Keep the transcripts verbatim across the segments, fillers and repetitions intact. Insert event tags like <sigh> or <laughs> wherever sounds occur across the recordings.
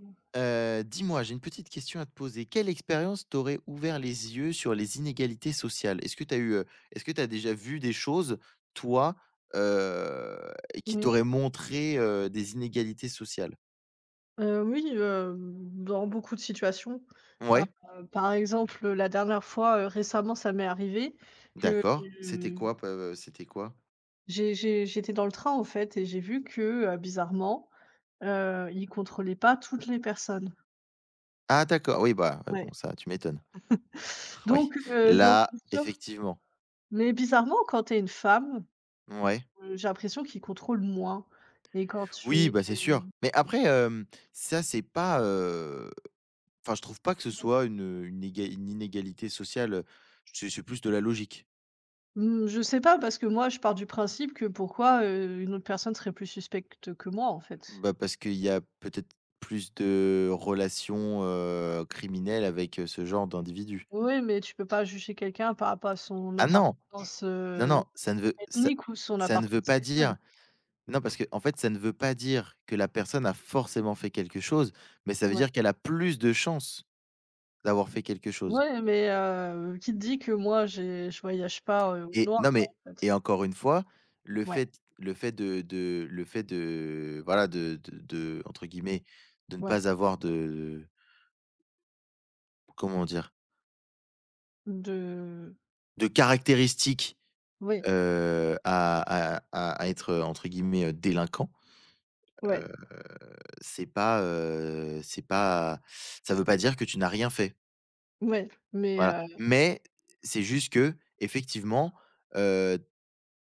Oui, Heu, dis-moi, j'ai une petite question à te poser. Quelle expérience t'aurait ouvert les yeux sur les inégalités sociales? Est-ce que tu as eu, heu, est-ce que tu déjà vu des choses, toi, heu, qui t'auraient montré, heu, des inégalités sociales? heu, oui, heu, dans beaucoup de situations. Ouais, Heu, par exemple, la dernière fois, heu, récemment, ça m'est arrivé que, d'accord. C'était heu, quoi p C'était quoi? j'ai j'ai j'étais dans le train, en fait et j'ai vu que, heu, bizarrement, heu, ils contrôlaient pas toutes les personnes. Ah d'accord, oui, bah, ouais, Ouais. bon ça, tu m'étonnes. <laughs> Oui, Donc heu, donc là, bien sûr, effectivement, mais bizarrement, quand tu es une femme, ouais. heu, j'ai l'impression qu'ils contrôlent moins et quand tu Oui, es bah, c'est sûr. Mais après, hem, ça, c'est pas, heu Enfin, je trouve pas que ce soit une, une éga une inégalité sociale, c'est c'est plus de la logique. mmh, je sais pas parce que moi, je pars du principe que pourquoi, heu, une autre personne serait plus suspecte que moi, en fait? Bah, parce qu'il y a peut-être plus de relations, heu, criminelles avec, heu, ce genre d'individus. Oui, mais tu peux pas juger quelqu'un par rapport à son Ah non! appartenance, Non, heu, non, ça ne veut ça ethnique ou son ça ne veut appartenance pas sexuelle. dire non, parce que en fait, ça ne veut pas dire que la personne a forcément fait quelque chose, mais ça veut Ouais. dire qu'elle a plus de chances d'avoir fait quelque chose. Ouais, mais heu, qui te dit que moi j'ai je voyage pas, heu, au Et noir, non, mais en fait? et encore une fois, le Ouais, fait le fait de de le fait de voilà, de de de entre guillemets, de ne ouais, pas avoir de... comment dire? de De caractéristiques, oui, heu, à à à à être, heu, entre guillemets, heu, «délinquant», ouais, heu, c'est pas, heu, c'est pas ça veut pas dire que tu n'as rien fait. ouais, mais Voilà. heu, Mais c'est juste que effectivement...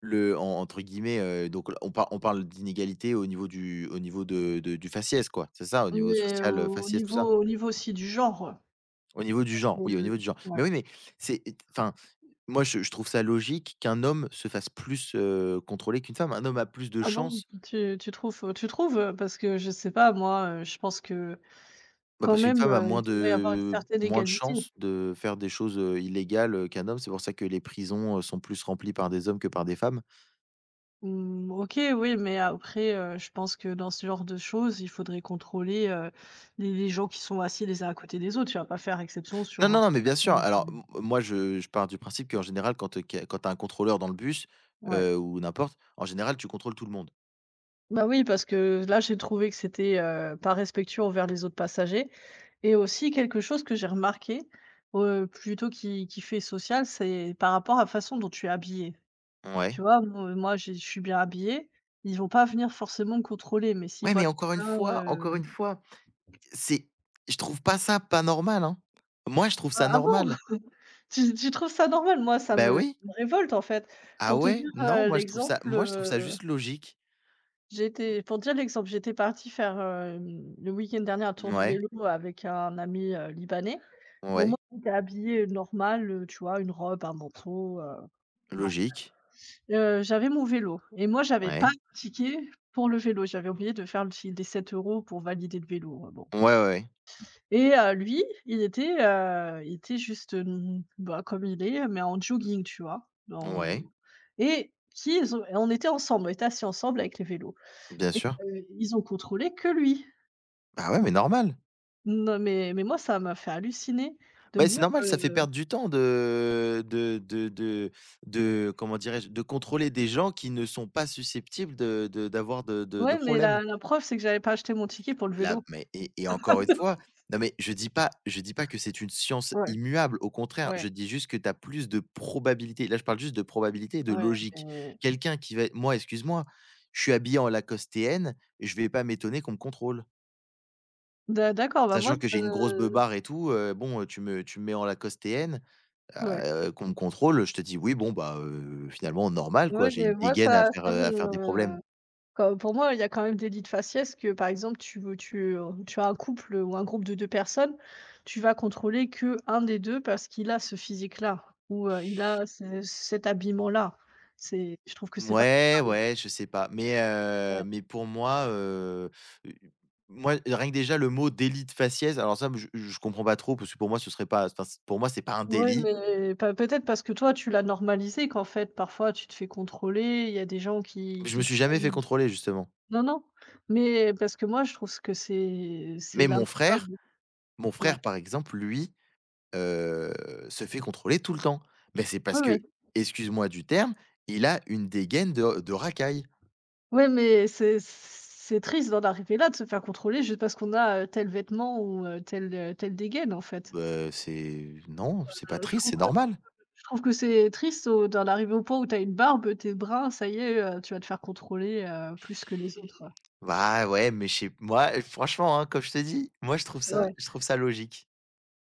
Le en entre guillemets, heu, donc on par on parle d'inégalité au niveau du au niveau de de du faciès quoi, c'est ça? Au niveau mais social, heu, au faciès tout ça? niveau au niveau aussi du genre, Au niveau du parce que genre, oui, au niveau du genre. Mais ouais. oui, mais c'est... enfin, moi je je trouve ça logique qu'un homme se fasse plus, heu, contrôler qu'une femme. Un homme a plus de Ah bon? chances, Tu tu trouves, tu trouves? Parce que je sais pas moi, heu, je pense que bah, quand parce qu'une même, femme a heu, il moins devrait y avoir une de certaine moins de égalité. chances de faire des choses, heu, illégales, heu, qu'un homme. C'est pour ça que les prisons, heu, sont plus remplies par des hommes que par des femmes. Mmh, OK, oui, mais après, heu, je pense que dans ce genre de choses, il faudrait contrôler, heu, les les gens qui sont assis les uns à côté des autres. Tu vas pas faire exception Non, sur une non, non, mais bien sûr. personne Alors qui m moi, je je pars du principe qu'en général, quand, quand tu as un contrôleur dans le bus, ouais. heu, ou n'importe, en général, tu contrôles tout le monde. Bah, oui, parce que là, j'ai trouvé que c'était, heu, pas respectueux envers les autres passagers et aussi quelque chose que j'ai remarqué, heu, plutôt qui qui fait social, c'est par rapport à la façon dont tu es habillé. Tu Ouais. vois? Mo moi, j'ai je suis bien habillée, ils vont pas venir forcément me contrôler, mais s'ils Ouais, voient mais encore une quelqu'un, fois encore une fois, c'est je trouve pas ça pas normal, hein. Moi, je trouve ça ah ah bon? normal. <laughs> Tu tu trouves ça normal? Moi, ça Bah, me ça oui. me révolte, en fait. Ah Pour te ouais? dire, Non, heu, moi je trouve ça l'exemple, moi je trouve ça heu, juste logique. j'étais pour dire l'exemple, j'étais partie faire, hem, le week-end dernier un tour de Ouais, vélo avec un ami, heu, libanais. Bon, moi, ouais, j'étais habillée, heu, normal, heu, tu vois, une robe, un manteau, heu, non. logique. Heu, j'avais mon vélo et moi, j'avais pas Ouais. de ticket pour le vélo. J'avais oublié de faire le fil des sept euros pour valider le vélo, euh, bon. Ouais, ouais, ouais. Et heu, lui, il était, heu, il était juste, hem, bah, comme il est, mais en jogging, tu vois? En Ouais, et qui ils ont et on était ensemble, on était assis ensemble avec les vélos. bien sûr. Heu, ils ont contrôlé que lui. ah ouais, mais normal. Non, mais mais moi, ça m'a fait halluciner de me Bah, c'est dire, normal, ça fait heu, perdre du temps de de de de de comment dirais-je? De contrôler des gens qui ne sont pas susceptibles de de d'avoir de de de ouais, mais problèmes. la la preuve, c'est que j'avais pas acheté mon ticket pour le Là vélo. mais et et encore une fois, non mais je dis pas je dis pas que c'est une science Ouais, immuable, au contraire, ouais, je dis juste que tu as plus de probabilité. Là, je parle juste de probabilité et de ouais, logique. mais Quelqu'un qui va Moi, excuse-moi, je suis habillé en Lacostéenne, je vais pas m'étonner qu'on me contrôle. d'a d'accord, bah, moi, Sachant que ça j'ai une grosse beubare et tout, heu, bon, heu, tu me tu me mets en Lacostéenne, ouais, heu, qu'on me contrôle, je te dis: «Oui, bon, bah, heu, finalement normal quoi, ouais, j'ai mais une moi, dégaine à ça faire, ça heu, à faire des problèmes». me comme pour moi, il y a quand même des lits de faciès que, par exemple, tu veux tu, heu, tu as un couple ou un groupe de deux personnes, tu vas contrôler que un des deux parce qu'il a ce physique-là ou, heu, il a ce cet habillement-là. C'est je trouve que c'est pas Ouais, normal. ouais, je sais pas, mais heu, Ouais. mais pour moi, heu, u moi, rien que déjà le mot délit de faciès, alors ça, je je comprends pas trop parce que pour moi ce serait pas enfin, c pour moi c'est pas un Ouais, délit. mais pas peut-être parce que toi, tu l'as normalisé qu'en fait, parfois, tu te fais contrôler. Il y a des gens qui Je me qui te suis jamais fait prennent contrôler justement. non, non, mais parce que moi, je trouve que c'est c'est Mais mon frère lamentable. mon Ouais. frère par exemple, lui, heu, se fait contrôler tout le temps. Mais c'est parce Ouais, ouais. que, excuse-moi du terme, il a une dégaine de de racaille. Ouais, mais c'est c'est triste d'en arriver là, de se faire contrôler juste parce qu'on a, heu, tel vêtement ou heu, telle, heu, telle dégaine en fait. Bah, c'est non, c'est pas Heu, je triste, trouve c'est normal. je trouve que c'est triste au d'en arriver au point où tu as une barbe, tes tu brun, ça y est, heu, tu vas te faire contrôler, heu, plus que les autres. Bah, ouais, mais chez moi, franchement, hein, comme je te dis, moi je trouve ça Ouais. je trouve ça logique.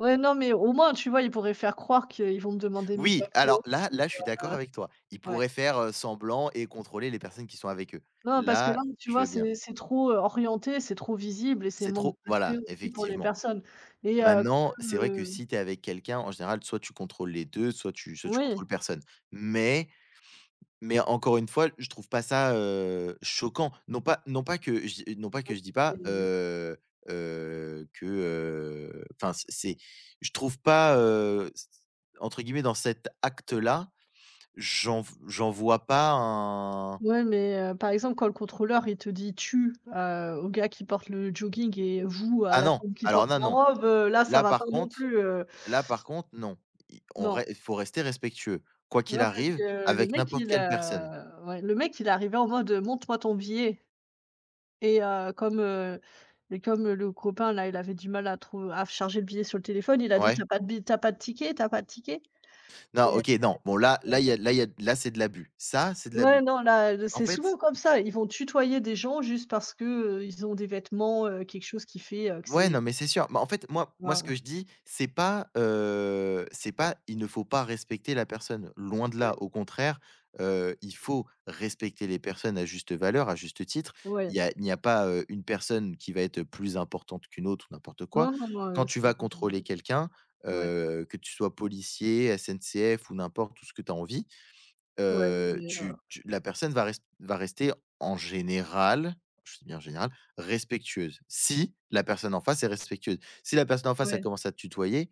Ouais, non, mais au moins, tu vois, ils pourraient faire croire qu'ils vont me demander mon Oui, papier alors là aussi. là, je suis d'accord avec toi. Ils Ouais. pourraient faire, heu, semblant et contrôler les personnes qui sont avec eux. Non, parce que là, Là, tu je vois, veux bien. c'est c'est trop, heu, orienté, c'est trop visible et c'est C'est manque de trop respect voilà, aussi pour les effectivement. personnes et heu, quand Maintenant, même, c'est vrai que heu, si tu es avec quelqu'un, en général, soit tu contrôles les deux soit tu soit tu oui, contrôles personne. Mais Mais encore une fois, je trouve pas ça, heu, choquant. Non pas non pas que je non pas que je dis pas, heu heu, que, heu, enfin, c'est c'est je trouve pas, heu, c entre guillemets, «dans cet acte-là», j'en j'en vois pas un... ouais, mais heu, par exemple, quand le contrôleur, il te dit: «Tu», heu, au gars qui porte le jogging et «vous» à ah la non, femme qui alors porte là, la non. robe, heu, là, ça Là, va par pas non contre plus, heu. Là, par contre, non. I on Non, re Faut rester respectueux, quoi qu'il non, parce arrive, que le avec mec, n'importe il quelle personne. a ouais, le mec, il est arrivé en mode, euh, «Montre-moi ton billet» et heu, comme, heu et comme le copain, là, il avait du mal à trouver à charger le billet sur le téléphone, il a dit: Ouais. «T'as pas de billet? T'as pas de ticket? T'as pas de ticket?» Non, Et euh, OK, non. Bon là là, il y a là il y a là, c'est de l'abus. Ça, c'est de ouais, l'abus. non, là, heu, En c'est fait... souvent comme ça. Ils vont tutoyer des gens juste parce que, heu, ils ont des vêtements, heu, quelque chose qui fait, heu, que Ouais, c'est non, mais c'est sûr. Bah, en fait, moi moi, ce que ah je dis, c'est pas, heu, c'est pas: «Il ne faut pas respecter la personne», loin de là. ouais, Au contraire, heu, il faut respecter les personnes à juste valeur, à juste titre. Il ouais. Y a il n'y a pas, heu, une personne qui va être plus importante qu'une autre ou n'importe quoi. Non, non, non, heu, Quand tu c'est vas contrôler obligé. quelqu'un, Ouais, heu, que tu sois policier, S N C F ou n'importe, tout ce que tu as envie. ouais, Heu, mais heu, tu tu La personne va res va rester en général, je dis bien en général, respectueuse. Si la personne en face est respectueuse. Si la personne en face, elle ouais. commence à te tutoyer,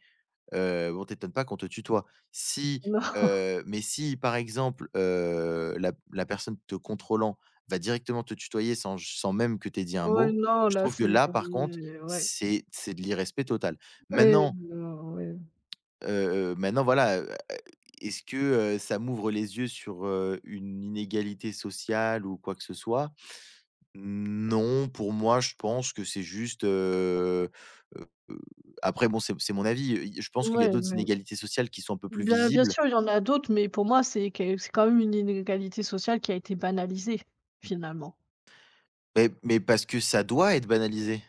heu, bon, t'étonne pas qu'on te tutoie. Si, Non, <laughs> heu, Mais si par exemple, heu, la la personne te contrôlant va directement te tutoyer sans sans même que tu aies dit un ouais, mot, non, je là, trouve que c'est là, par contre, ouais, c'est c'est de l'irrespect total. ouais, Maintenant... non, ouais, Heu maintenant voilà, heu est-ce que, heu, ça m'ouvre les yeux sur, heu, une inégalité sociale ou quoi que ce soit? Non, pour moi, je pense que c'est juste, heu heu heu, après bon, c'est c'est mon avis, heu, il je pense qu'il y a ouais, d'autres ouais. inégalités sociales qui sont un peu plus Bien bien visibles, sûr, il y en a d'autres, mais pour moi, c'est que c'est quand même une inégalité sociale qui a été banalisée, finalement. mais mais parce que ça doit être banalisé.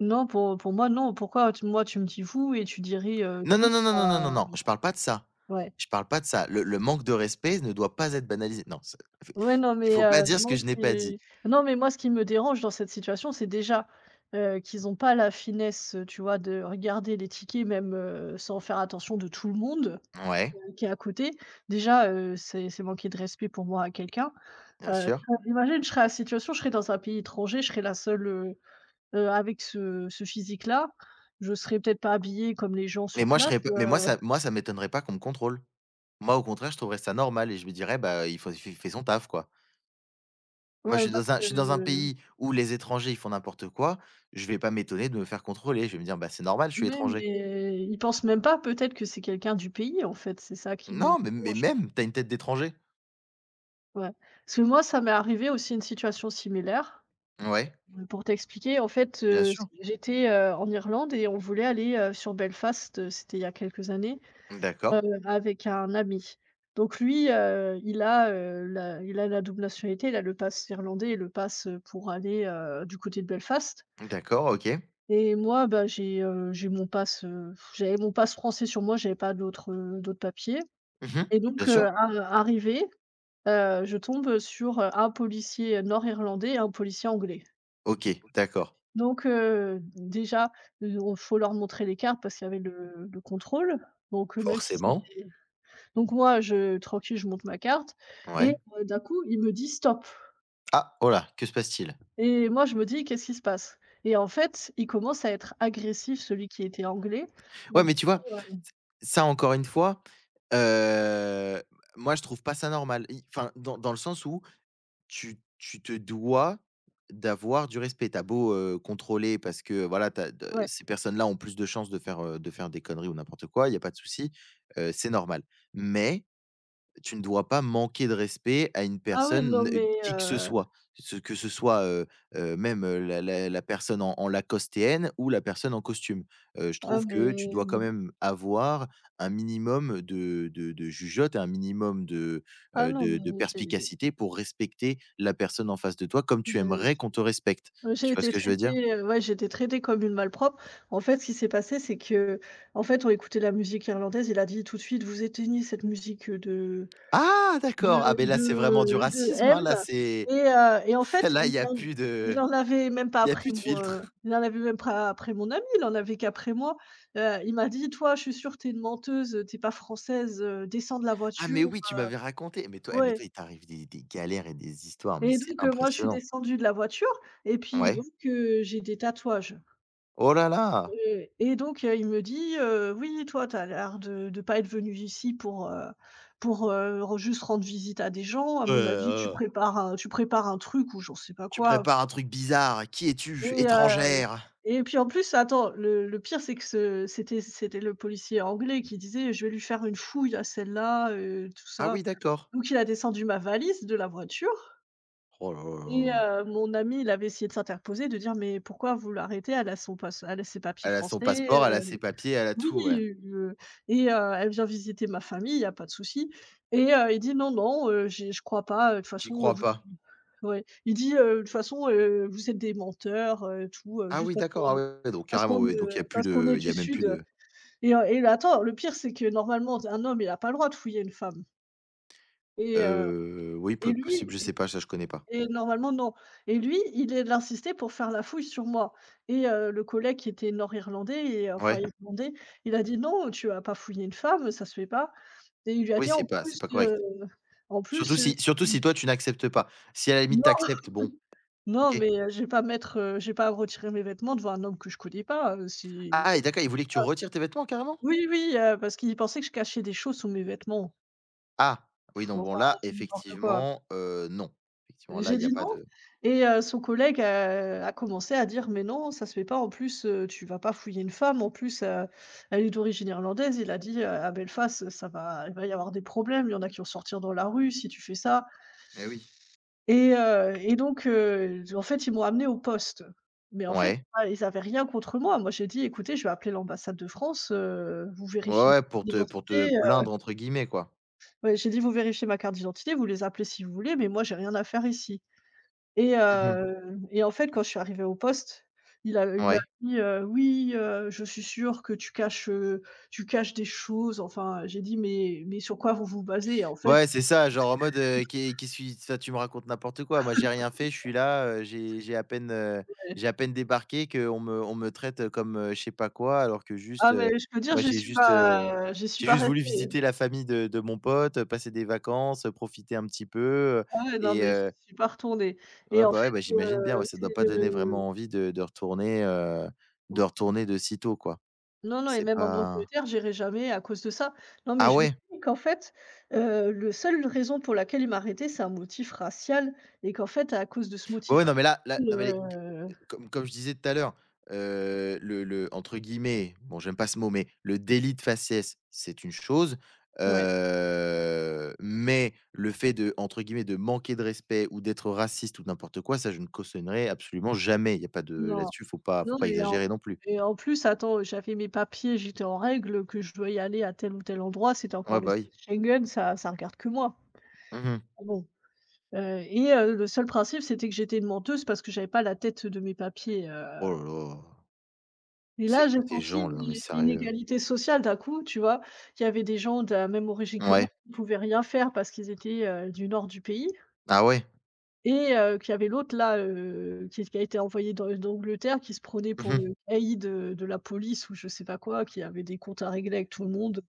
Non, pour pour moi, non. Pourquoi tu moi, tu me dis «vous» et tu dirais, heu, Non, «tu», non, non, non, non, bah non, non, non, je parle pas de ça. ouais. Je parle pas de ça. Le le manque de respect ne doit pas être banalisé. Non, c'est Ouais, non, il mais faut pas heu, dire ce que moi je n'ai pas dit. c'est non, mais moi, ce qui me dérange dans cette situation, c'est déjà, heu, qu'ils ont pas la finesse, heu, tu vois, de regarder les tickets même, heu, sans faire attention de tout le monde, Ouais, heu, qui est à côté. Déjà, heu, c'est c'est manquer de respect pour moi à quelqu'un. bien Heu, sûr. imagine, je serais à la situation, je serais dans un pays étranger, je serais la seule, heu, heu, avec ce ce physique-là. Je serais peut-être pas habillée comme les gens Mais sur moi je place, serais pas mais moi heu, ça Moi ça m'étonnerait pas qu'on me contrôle. Moi au contraire, je trouverais ça normal et je me dirais: «Bah, il faut il fait son taf quoi». Moi je ouais, suis parce dans un que je suis dans un pays où les étrangers ils font n'importe quoi, je vais pas m'étonner de me faire contrôler. Je vais me dire: «Bah, c'est normal, je suis oui, étranger». mais ils pensent même pas peut-être que c'est quelqu'un du pays en fait, c'est ça qui me Non, mais mais dérange. même, t'as une tête d'étranger. Ouais. Parce que moi, ça m'est arrivé aussi une situation similaire. Ouais, Heu, pour t'expliquer, en fait, bien heu, sûr. j'étais, heu, en Irlande et on voulait aller, heu, sur Belfast, heu, c'était il y a quelques années, D'accord, heu, avec un ami. Donc lui, heu, il a, heu, la il a la double nationalité, il a le pass irlandais et le pass, heu, pour aller, heu, du côté de Belfast d'accord, OK. et moi, bah, j'ai, heu, j'ai mon pass, heu, j'avais mon pass français sur moi, j'avais pas d'autres, heu, d'autres papiers. Mmh. Et Bien donc, heu, sûr. ar arrivée, heu, je tombe sur, heu, un policier nord-irlandais et un policier anglais. OK, d'accord. Donc, heu, déjà, il faut leur montrer les cartes parce qu'il y avait le le contrôle. Donc, heu, même si Forcément. c'était donc moi je tranquille, je monte ma carte et Ouais. heu, d'un coup il me dit: «Stop» Ah! Oh là, que se passe-t-il? et moi je me dis: «Qu'est-ce qui se passe?» Et en fait, il commence à être agressif, celui qui était anglais. À me Ouais, dire, mais tu vois, ouais. ça encore une fois, heu, moi je trouve pas ça normal. I Enfin, dans dans le sens où... Tu tu te dois d'avoir du respect. T'as beau, heu, contrôler parce que voilà, tu de Ouais. ces personnes-là ont plus de chances de faire, heu, de faire des conneries ou n'importe quoi, il y a pas de souci, heu, c'est normal. Mais tu ne dois pas manquer de respect à une Ah ouais, non personne, mais, n- qui que ce heu, soit. Ce- que ce soit, heu heu, Même, heu, la la la personne en en lacostéenne ou la personne en costume. Heu, je ah trouve que tu mais, dois quand même avoir un minimum de de de jugeote, un minimum de, ah heu, non de de mais j'ai perspicacité pour respecter la personne en face de toi comme tu j'ai aimerais qu'on te respecte. ouais, j'ai Tu vois ce été que je veux dire? traitée, heu, ouais, j'ai été traitée comme une malpropre. En fait, ce qui s'est passé, c'est qu'en fait, on écoutait la musique irlandaise. Il a dit tout de suite: «Vous éteignez cette musique, heu, de Ah de d'accord! Ah beh, là, c'est vraiment du de de racisme, hein, M» là, c'est... et heu et en <laughs> fait, là, il il y a en plus il de en avait même pas il y a après plus de mon, heu, filtre. il en avait même pas après mon ami, il en avait qu'après moi. Heu, il m'a dit: «Toi, je suis sûre, tu es une menteuse, heu, tu es pas française, heu, descends de la Ah voiture». mais oui, tu m'avais raconté. Mais toi eh mais Ouais toi, il t'arrive des des galères et des histoires, mais et c'est donc heu, moi, je suis impressionnant. descendue de la voiture et puis il voit Ouais. que j'ai des tatouages. Oh là là! Heu et donc heu, il me dit, heu: «Oui, toi, tu as l'air de de pas être venu ici pour, heu, pour, heu, re juste rendre visite à des gens. À Heu, mon avis, tu heu, prépares un tu prépares un truc ou j'en sais pas Tu quoi». prépares un truc bizarre. Qui Et es-tu? heu Étrangère. et puis en plus, attends, le le pire, c'est que ce c'était c'était le policier anglais qui disait: «Je vais lui faire une fouille à celle-là, heu, tout Ah ça». oui, d'accord. Donc il a descendu ma valise de la voiture Oh là là là et là. heu, mon ami, il avait essayé de s'interposer, de dire: «Mais pourquoi vous l'arrêtez? Elle a son passe elle a ses papiers Elle a son français, passeport, elle a ses papiers, elle a oui, tout, ouais. heu et heu, elle vient visiter ma famille, il y a pas de souci et heu, il dit: «Non, non, heu, j'ai je crois pas, heu, de toute J'y façon, heu, crois vous». pas. Ouais, il dit: «Heu, de toute façon, heu, vous êtes des menteurs, heu, tout, heu, Ah juste oui, parce d'accord, qu'on, ah heu, ouais, ouais, donc parce carrément, qu'on, oui, donc heu, il y a plus parce qu'on de est il y du a même plus sud, heu». de... Et heu et attends, le pire, c'est que normalement, d un homme, il a pas le droit de fouiller une femme et heu Euh, oui, et peut possible, lui je sais pas, ça, je connais pas. et normalement, non et lui, il est il insistait pour faire la fouille sur moi et heu, le collègue qui était nord-irlandais et enfin Ouais. irlandais, il a dit: «Non, tu vas pas fouiller une femme, ça se fait pas». Et il lui a Oui, dit c'est en pas plus, c'est pas heu, correct. en Surtout plus, heu, si Surtout si toi, tu n'acceptes pas. Si à la limite non, tu... bon, non, OK. mais heu, je vais pas mettre, heu, je vais pas retirer mes vêtements devant un homme que je connais pas, heu, c'est Ah et d'accord, il voulait que tu retires tes vêtements carrément? oui, oui, heu, parce qu'il pensait que je cachais des choses sous mes vêtements. Ah! Oui, non, bon Enfin, là, n'importe quoi. effectivement, heu, non. Effectivement, là, J'ai il y a dit: pas «Non». de... Et heu, son collègue, heu, a commencé à dire: «Mais non, ça se fait pas, en plus, heu, tu vas pas fouiller une femme, en plus, heu, elle est d'origine irlandaise». Il a dit: «Heu, à Belfast, ça va il va y avoir des problèmes, il y en a qui vont sortir dans la rue si tu fais ça». Eh oui. Et heu et donc heu, en fait, ils m'ont amenée au poste. Mais en fait, Ouais. ah, ils avaient rien contre moi. Moi, j'ai dit: «Écoutez, je vais appeler l'ambassade de France, heu, vous Ouais, vérifiez ma ouais, carte pour te pour te d'identité, heu». «plaindre» entre guillemets, quoi. Ouais, j'ai dit: «Vous vérifiez ma carte d'identité, vous les appelez si vous voulez, mais moi, j'ai rien à faire ici». Et Mmh mh. heu et en fait, quand je suis arrivée au poste, il a il a Ouais. dit, heu: «Oui, heu, je suis sûre que tu caches, heu, tu caches des choses». Enfin, j'ai dit: «Mais mais sur quoi vous vous basez?» Et en fait, Ouais, c'est ça, genre en mode, heu: «Qu'est qu'est-ce qui... enfin, tu me racontes n'importe quoi, moi j'ai rien fait, je suis là, heu, j'ai j'ai à peine, heu, ouais j'ai à peine débarqué qu'on me on me traite, heu, comme, heu, je sais pas quoi, alors que juste, ah mais heu, je peux dire, moi j'y j'ai suis juste, heu, pas j'y suis j'ai pas juste voulu restée. visiter la famille de de mon pote, heu, passer des vacances, heu, profiter un petit peu, heu Ah ouais, non, et mais je heu» suis pas retournée et Ouais, en bah, ouais, fait, bah, j'imagine bien, heu, ouais, ça doit c'est pas donner le vraiment envie de de retourner, heu, de mmh. retourner de sitôt, quoi. Non, non et C'est même en pas... Angleterre, j'irai jamais à cause de ça. Non, mais ah je me ouais? dis qu'en fait, heu, le seule raison pour laquelle il m'a arrêtée, c'est un motif racial et qu'en fait, à cause de ce Ouais, motif ouais, non, mais là là, racial, non, mais les heu, euh, comme comme je disais tout à l'heure, heu, le le entre guillemets, bon, j'aime pas ce mot, mais «le délit de faciès», c'est une chose, ouais, heu, mais le fait de entre guillemets, «de manquer de respect» ou d'être raciste ou n'importe quoi, ça, je ne cautionnerai absolument jamais. Il y a pas de non. là-dessus, faut pas Non faut pas et en exagérer non plus. et en plus, attends, j'avais mes papiers, j'étais en règle, que je dois y aller à tel ou tel endroit, c'était encore Ouais, bah, l'espace oui. Schengen, ça ça regarde que moi. Mmh. Ah bon. Heu et heu, le seul principe, c'était que j'étais une menteuse parce que j'avais pas la tête de mes papiers, heu, Oh là là. et C'est là, j'ai quoi ces senti gens là? Mais l'in sérieux? l'inégalité sociale d'un coup, tu vois? Il y avait des gens de la même origine que moi Ouais. qui ne pouvaient rien faire parce qu'ils étaient, heu, du nord du pays Ah ouais? et heu, qu'il y avait l'autre là, heu, qui qui a été envoyé dans d'Angleterre, qui se prenait pour Mmh. le caïd de de la police ou je sais pas quoi, qui avait des comptes à régler avec tout le monde.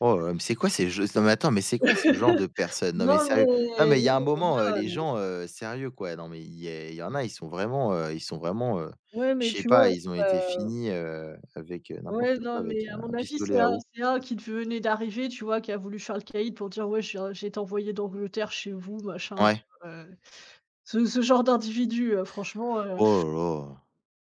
Oh là mais c'est quoi ces jeux? Non mais attends, mais c'est quoi ce genre de <laughs> personnes? Non mais Non sérieux. Non mais mais il y non a un mais moment, heu, les là, gens, heu, sérieux quoi, non mais il y a il y en a, ils sont vraiment, heu, ils sont vraiment, heu, ouais je mais sais tu vois, pas, ils ont c'est, été euh, finis, heu, avec, heu, n'importe ouais, non, quoi, mais avec un à mon un avis, c'est pistolet à un eau. c'est un qui venait d'arriver, tu vois, qui a voulu faire le caïd pour dire: «Ouais, j'ai j'ai été envoyé d'Angleterre chez vous, machin», tu Ouais. vois? Heu, ce ce genre d'individu, heu, franchement, heu Oh là là.